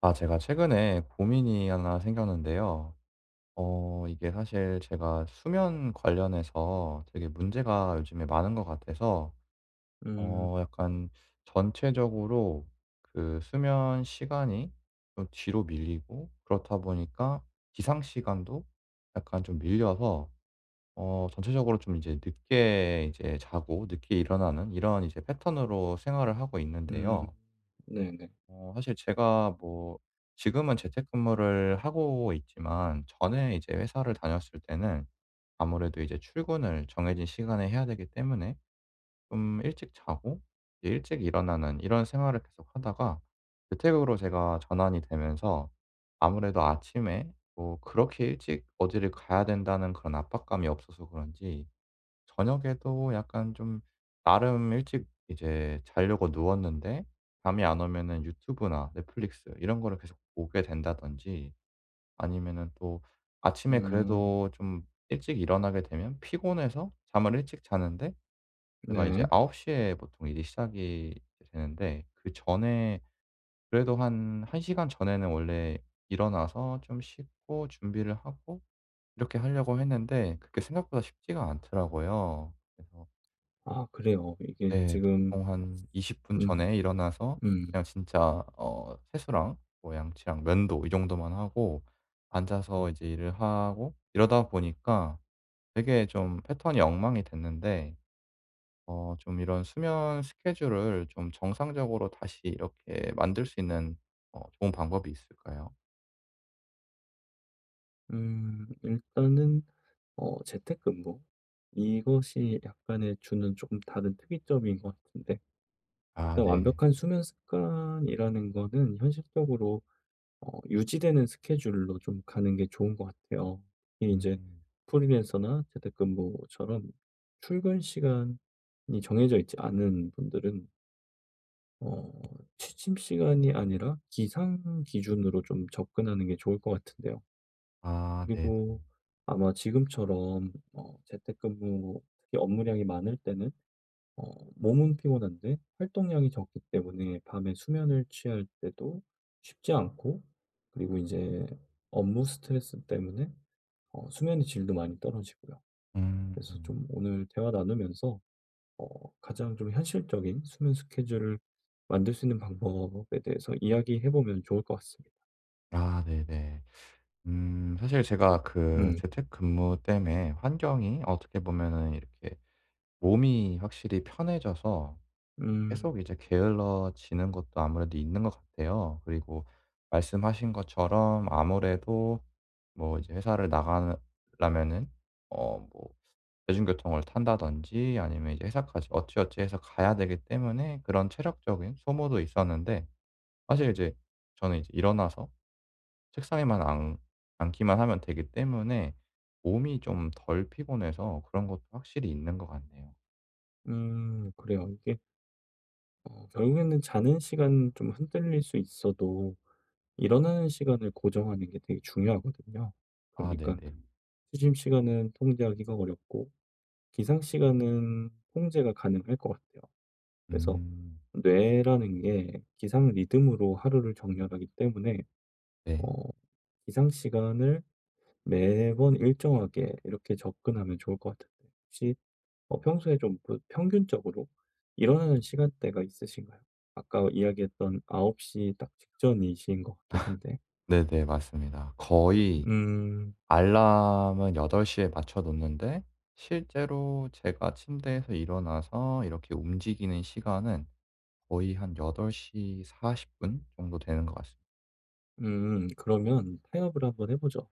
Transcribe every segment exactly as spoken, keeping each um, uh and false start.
아, 제가 최근에 고민이 하나 생겼는데요. 어, 이게 사실 제가 수면 관련해서 되게 문제가 요즘에 많은 것 같아서, 어, 음. 약간 전체적으로 그 수면 시간이 좀 뒤로 밀리고, 그렇다 보니까 기상 시간도 약간 좀 밀려서, 어, 전체적으로 좀 이제 늦게 이제 자고, 늦게 일어나는 이런 이제 패턴으로 생활을 하고 음. 있는데요. 네네. 어 사실 제가 뭐 지금은 재택근무를 하고 있지만 전에 이제 회사를 다녔을 때는 아무래도 이제 출근을 정해진 시간에 해야 되기 때문에 좀 일찍 자고 이제 일찍 일어나는 이런 생활을 계속 하다가 재택으로 제가 전환이 되면서 아무래도 아침에 뭐 그렇게 일찍 어디를 가야 된다는 그런 압박감이 없어서 그런지 저녁에도 약간 좀 나름 일찍 이제 자려고 누웠는데 잠이 안 오면은 유튜브나 넷플릭스 이런 거를 계속 보게 된다든지 아니면은 또 아침에 음. 그래도 좀 일찍 일어나게 되면 피곤해서 잠을 일찍 자는데 제가 이제 네. 아홉 시에 보통 일이 시작이 되는데 그전에 그래도 한 1 시간 전에는 원래 일어나서 좀 씻고 준비를 하고 이렇게 하려고 했는데 그게 생각보다 쉽지가 않더라고요. 그래서 아 그래요. 이게 네. 지금. 보통 한 이십 분 음. 전에 일어나서 음. 그냥 진짜 어 세수랑 뭐 양치랑 면도 이 정도만 하고 앉아서 이제 일을 하고 이러다 보니까 되게 좀 패턴이 엉망이 됐는데 어 좀 이런 수면 스케줄을 좀 정상적으로 다시 이렇게 만들 수 있는 어 좋은 방법이 있을까요? 음 일단은 어 재택근무 이것이 약간의 주는 조금 다른 특이점인 것 같은데. 아 일단 네. 완벽한 수면 습관이라는 거는 현실적으로 어 유지되는 스케줄로 좀 가는 게 좋은 것 같아요. 이제 음. 프리랜서나 재택근무처럼 출근 시간이 정해져 있지 않은 분들은 어 취침 시간이 아니라 기상 기준으로 좀 접근하는 게 좋을 것 같은데요. 아 네. 그리고 아마 지금처럼 어 재택근무 특히 업무량이 많을 때는 어 몸은 피곤한데 활동량이 적기 때문에 밤에 수면을 취할 때도 쉽지 않고, 그리고 이제 업무 스트레스 때문에 어 수면의 질도 많이 떨어지고요. 음. 그래서 좀 오늘 대화 나누면서 어 가장 좀 현실적인 수면 스케줄을 만들 수 있는 방법에 대해서 이야기해 보면 좋을 것 같습니다. 아 네네. 음 사실 제가 그 음. 재택근무 때문에 환경이 어떻게 보면은 이렇게 몸이 확실히 편해져서 음. 계속 이제 게을러지는 것도 아무래도 있는 것 같아요. 그리고 말씀하신 것처럼 아무래도 뭐 이제 회사를 나가려면은 어 뭐 대중교통을 탄다든지 아니면 이제 회사까지 어찌어찌 해서 가야 되기 때문에 그런 체력적인 소모도 있었는데 사실 이제 저는 이제 일어나서 책상에만 앉 앉기만 하면 되기 때문에 몸이 좀 덜 피곤해서 그런 것도 확실히 있는 것 같네요. 음. 그래요. 이게 어 결국에는 자는 시간 좀 흔들릴 수 있어도 일어나는 시간을 고정하는 게 되게 중요하거든요. 그러아 니까 네네. 취침 시간은 통제하기가 어렵고 기상 시간은 통제가 가능할 것 같아요. 그래서 음. 뇌라는 게 기상 리듬으로 하루를 정렬하기 때문에 네. 어 기상 시간을 매번 일정하게 이렇게 접근하면 좋을 것 같은데, 혹시 어, 평소에 좀 부- 평균적으로 일어나는 시간대가 있으신가요? 아까 이야기했던 아홉 시 딱 직전이신 것 같긴 한데. 네네. 맞습니다. 거의 음. 알람은 여덟 시에 맞춰 놓는데 실제로 제가 침대에서 일어나서 이렇게 움직이는 시간은 거의 한 여덟 시 사십 분 정도 되는 것 같습니다. 음. 그러면 타협을 한번 해보죠.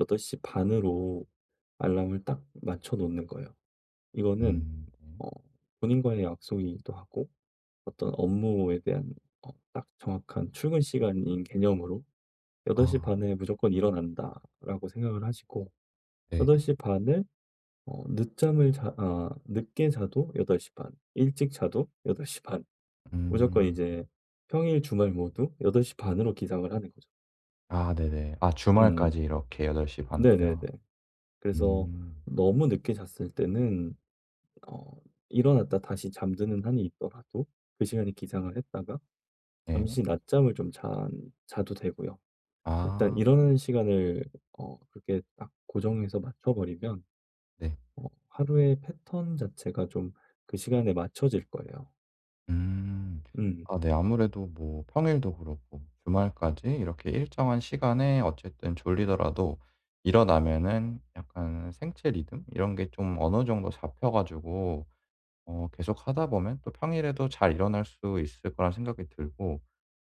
여덟 시 반으로 알람을 딱 맞춰 놓는 거예요. 이거는 음. 네. 어, 본인과의 약속이기도 하고 어떤 업무에 대한 어, 딱 정확한 출근 시간인 개념으로 여덟 시 아 반에 무조건 일어난다라고 생각을 하시고, 네. 여덟 시 반에 어 늦잠을 자 아 늦게 자도 여덟 시 반, 일찍 자도 여덟 시 반. 무조건 음. 이제 평일 주말 모두 여덟 시 반으로 기상을 하는 거죠. 아 네네. 아 음. 주말까지 이렇게 8시반으로 네네네. 요 그래서 음. 너무 늦게 잤을 때는 어 일어났다 다시 잠드는 한이 있더라도 그 시간에 기상을 했다가 예. 잠시 낮잠을 좀 자 자도 되고요. 일단 아 일어나는 시간을 어 그렇게 딱 고정해서 맞춰 버리면 네. 어 하루의 패턴 자체가 좀 그 시간에 맞춰질 거예요. 음. 음. 아 네. 아무래도 뭐 평일도 그렇고 주말까지 이렇게 일정한 시간에 어쨌든 졸리더라도 일어나면은 약간 생체 리듬 이런 게 좀 어느 정도 잡혀 가지고 어 계속하다 보면 또 평일에도 잘 일어날 수 있을 거란 생각이 들고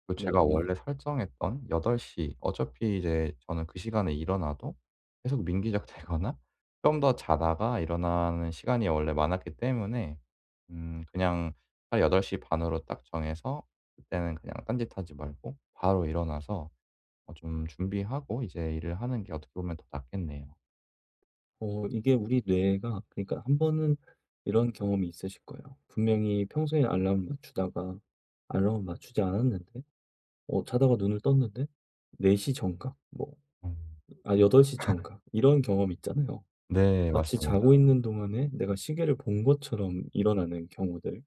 그 제가 네. 원래 설정했던 여덟 시 어차피 이제 저는 그 시간에 일어나도 계속 민기적되거나 좀 더 자다가 일어나는 시간이 원래 많았기 때문에 음 그냥 딱여덟 시 반 으로 딱 정해서 그때는 그냥 딴짓하지 말고 바로 일어나서 어 좀 준비하고 이제 일을 하는 게 어떻게 보면 더 낫겠네요. 어 이게 우리 뇌가 그러니까 한 번은 이런 경험이 있으실 거예요. 분명히 평소에 알람을 맞추다가 알람을 맞추지 않았는데 어 자다가 눈을 떴는데 네 시 정각, 뭐 음. 아 여덟 시 정각 이런 경험 있잖아요. 네 마치 맞습니다. 자고 있는 동안에 내가 시계를 본 것처럼 일어나는 경우들.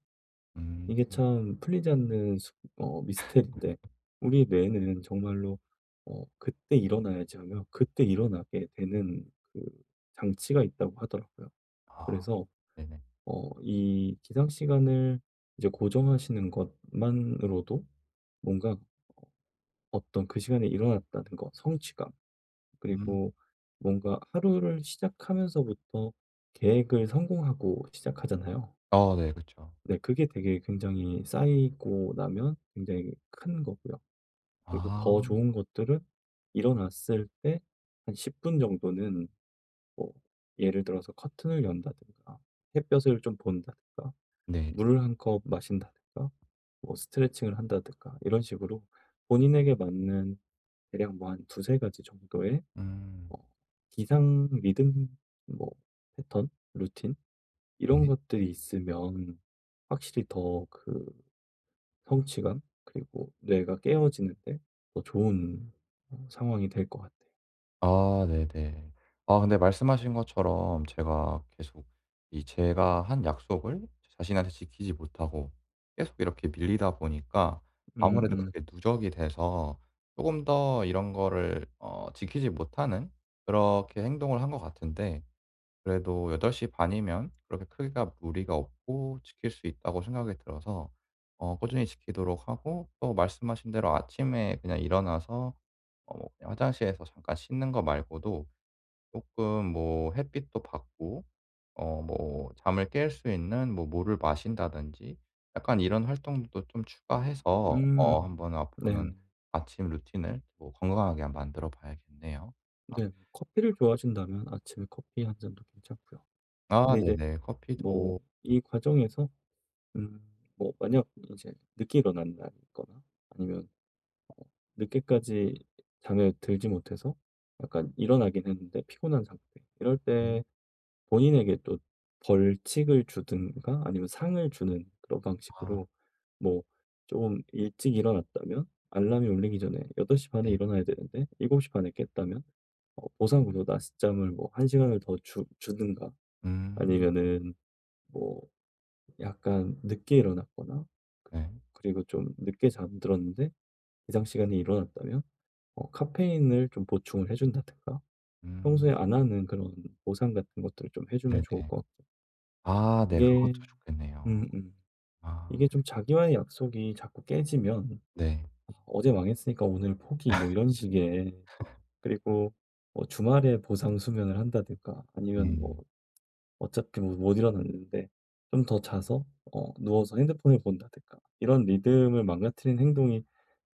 음. 이게 참 풀리지 않는 수- 어 미스테리인데, 우리 뇌는 정말로 어 '그때 일어나야지.' 하며 그때 일어나게 되는 그 장치가 있다고 하더라고요. 아 그래서 네네. 어 이 기상 시간을 이제 고정하시는 것만으로도 뭔가 어떤 그 시간에 일어났다는 거, 성취감, 음. 그리고 뭔가 하루를 시작하면서부터 계획을 성공하고 시작하잖아요. 어 네 그쵸. 네. 그게 되게 굉장히 쌓이고 나면 굉장히 큰 거고요. 그리고 아 더 좋은 것들은 일어났을 때 한 십 분 정도는, 뭐 예를 들어서 커튼을 연다든가, 햇볕을 좀 본다든가, 네. 물을 한 컵 마신다든가, 뭐 스트레칭을 한다든가 이런 식으로 본인에게 맞는 대략 뭐 한 두세 가지 정도의 음. 어 기상 리듬, 뭐 패턴, 루틴 이런 네. 것들이 있으면 확실히 더그 성취감, 그리고 뇌가 깨어지는데 더 좋은 어 상황이 될 것 같아요. 아 네네. 아 근데 말씀하신 것처럼 제가 계속 이 제가 한 약속을 자신한테 지키지 못하고 계속 이렇게 밀리다 보니까 아무래도 음음. 그게 누적이 돼서 조금 더 이런 거를 어 지키지 못하는 그렇게 행동을 한 것 같은데 그래도 여덟 시 반 이면 그렇게 크게가 무리가 없고 지킬 수 있다고 생각이 들어서 어 꾸준히 지키도록 하고 또 말씀하신 대로 아침에 그냥 일어나서 어 뭐 그냥 화장실에서 잠깐 씻는 거 말고도 쪼끔 뭐 햇빛도 받고 어 뭐 잠을 깰 수 있는 뭐 물을 마신다든지 약간 이런 활동도 좀 추가해서 어 음. 한번 네네. 네. 앞으로는 네. 아침 루틴을 뭐 건강하게 한번 만들어 봐야겠네요. 네, 뭐 커피를 좋아하신다면 아침에 커피 한 잔도 괜찮고요. 아 근데 이제 네네. 뭐 커피도. 이 과정에서 음 뭐 만약 이제 늦게 일어난 날이 있거나 아니면 어 늦게까지 잠에 들지 못해서 약간 일어나긴 했는데 피곤한 상태 이럴 때, 음. 본인에게 또 벌칙을 주든가 아니면 상을 주는 그런 아 방식으로, 뭐 좀 일찍 일어났다면 알람이 울리기 전에 여덟 시 반에 네. 일어나야 되는데 일곱 시 반에 깼다면 어 보상으로 낮잠을 뭐 한 시간을 더 주 주든가, 음. 아니면은 뭐 약간 늦게 일어났거나, 그 네. 그리고 좀 늦게 잠들었는데 기상 시간에 일어났다면 어 카페인을 좀 보충을 해 준다든가, 평소에 음. 안 하는 그런 보상 같은 것들을 좀 해 주면 네네. 좋을 것 같고. 아 네. 그것도 이게 좋겠네요. 음음. 아 이게 좀 자기와의 약속이 자꾸 깨지면, 네. '어제 망했으니까 오늘 포기.' 뭐 이런 식의, 그리고 뭐 주말에 보상 수면을 한다든가 아니면 음. 뭐 어차피 뭐못 일어났는데 좀 더 자서 어 누워서 핸드폰을 본다든가 이런 리듬을 망가뜨리는 행동이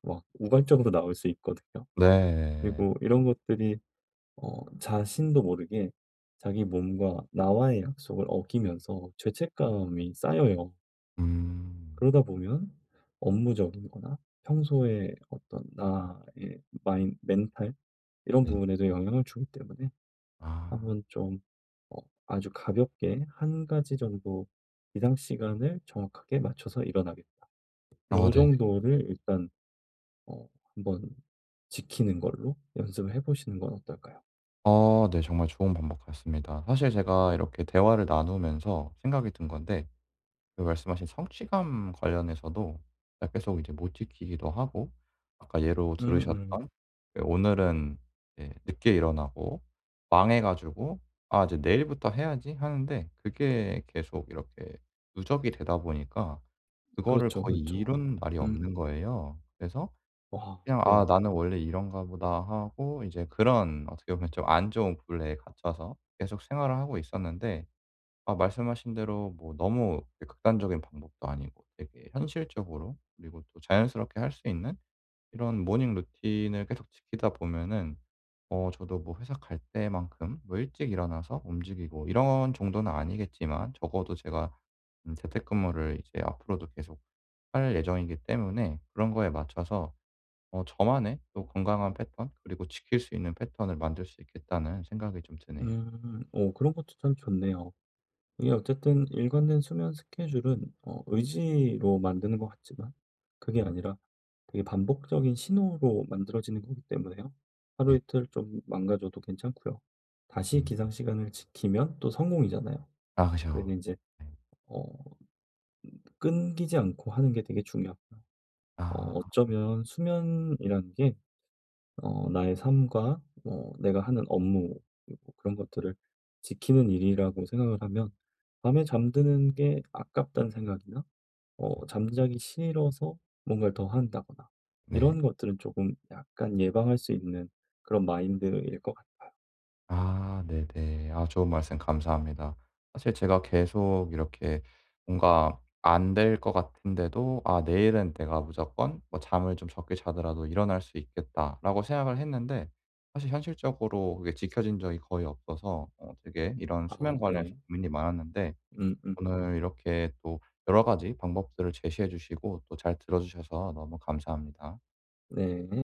막 우발적으로 나올 수 있거든요. 네. 그리고 이런 것들이 어 자신도 모르게 자기 몸과 나와의 약속을 어기면서 죄책감이 쌓여요. 음. 그러다 보면 업무적인 거나 평소에 어떤 나의 마인 멘탈 이런 네. 부분에도 영향을 주기 때문에, 아. 한번 좀 어 아주 가볍게 한 가지 정도 기상 시간을 정확하게 맞춰서 일어나겠다. 어 요 네네. 정도를 일단 어 한번 지키는 걸로 연습을 해 보시는 건 어떨까요? 어 네. 정말 좋은 방법 같습니다. 사실 제가 이렇게 대화를 나누면서 생각이 든 건데 그 말씀하신 성취감 관련해서도 제가 계속 이제 못 지키기도 하고 아까 예로 음음. 들으셨던 그 오늘은 이제 늦게 일어나고 망해 가지고 '아 이제 내일부터 해야지.' 하는데 그게 계속 이렇게 누적이 되다 보니까 그거를 그렇죠, 거의 그렇죠. 이룬 날이 음. 없는 거예요. 그래서 와 그냥 '아 그래요. 나는 원래 이런가 보다.' 하고 이제 그런 어떻게 보면 좀 안 좋은 굴레에 갇혀서 계속 생활을 하고 있었는데 아 말씀하신 대로 뭐 너무 이렇게 극단적인 방법도 아니고 되게 현실적으로 그리고 또 자연스럽게 할 수 있는 이런 모닝 루틴을 계속 지키다 보면은 어 저도 뭐 회사 갈 때만큼 뭐 일찍 일어나서 움직이고 이런 정도는 아니겠지만 적어도 제가 음 재택근무를 이제 앞으로도 계속 할 예정이기 때문에 그런 거에 맞춰서 어 저만의 또 건강한 패턴 그리고 지킬 수 있는 패턴을 만들 수 있겠다는 생각이 좀 드네요. 음. 오 그런 것도 참 좋네요. 이게 어쨌든 일관된 수면 스케줄은 어 의지로 만드는 것 같지만 그게 음 아니라 되게 반복적인 신호로 만들어지는 거기 때문에요. 하루 네. 이틀 좀 망가져도 괜찮고요. 다시 음. 기상 시간을 지키면 또 성공이잖아요. 아 그래서 그죠. 이제 네. 어 끊기지 않고 하는 게 되게 중요하고요. 어 아 어쩌면 수면이라는 게 어, 나의 삶과 어, 내가 하는 업무 그리고 그런 것들을 지키는 일이라고 생각을 하면 밤에 잠드는 게 아깝다는 생각이나 어, 잠자기 싫어서 뭔가를 더 한다거나 네. 이런 것들은 조금 약간 예방할 수 있는 그런 마인드일 것 같아요. 아 네네. 아 좋은 말씀 감사합니다. 사실 제가 계속 이렇게 뭔가 안 될 것 같은데도 '아 내일은 내가 무조건 뭐 잠을 좀 적게 자더라도 일어날 수 있겠다.'라고 생각을 했는데 사실 현실적으로 그게 지켜진 적이 거의 없어서 어 되게 이런 아, 수면 관련해서 네. 고민이 많았는데 음, 음. 오늘 이렇게 또 여러 가지 방법들을 제시해 주시고 또 잘 들어 주셔서 너무 감사합니다. 네.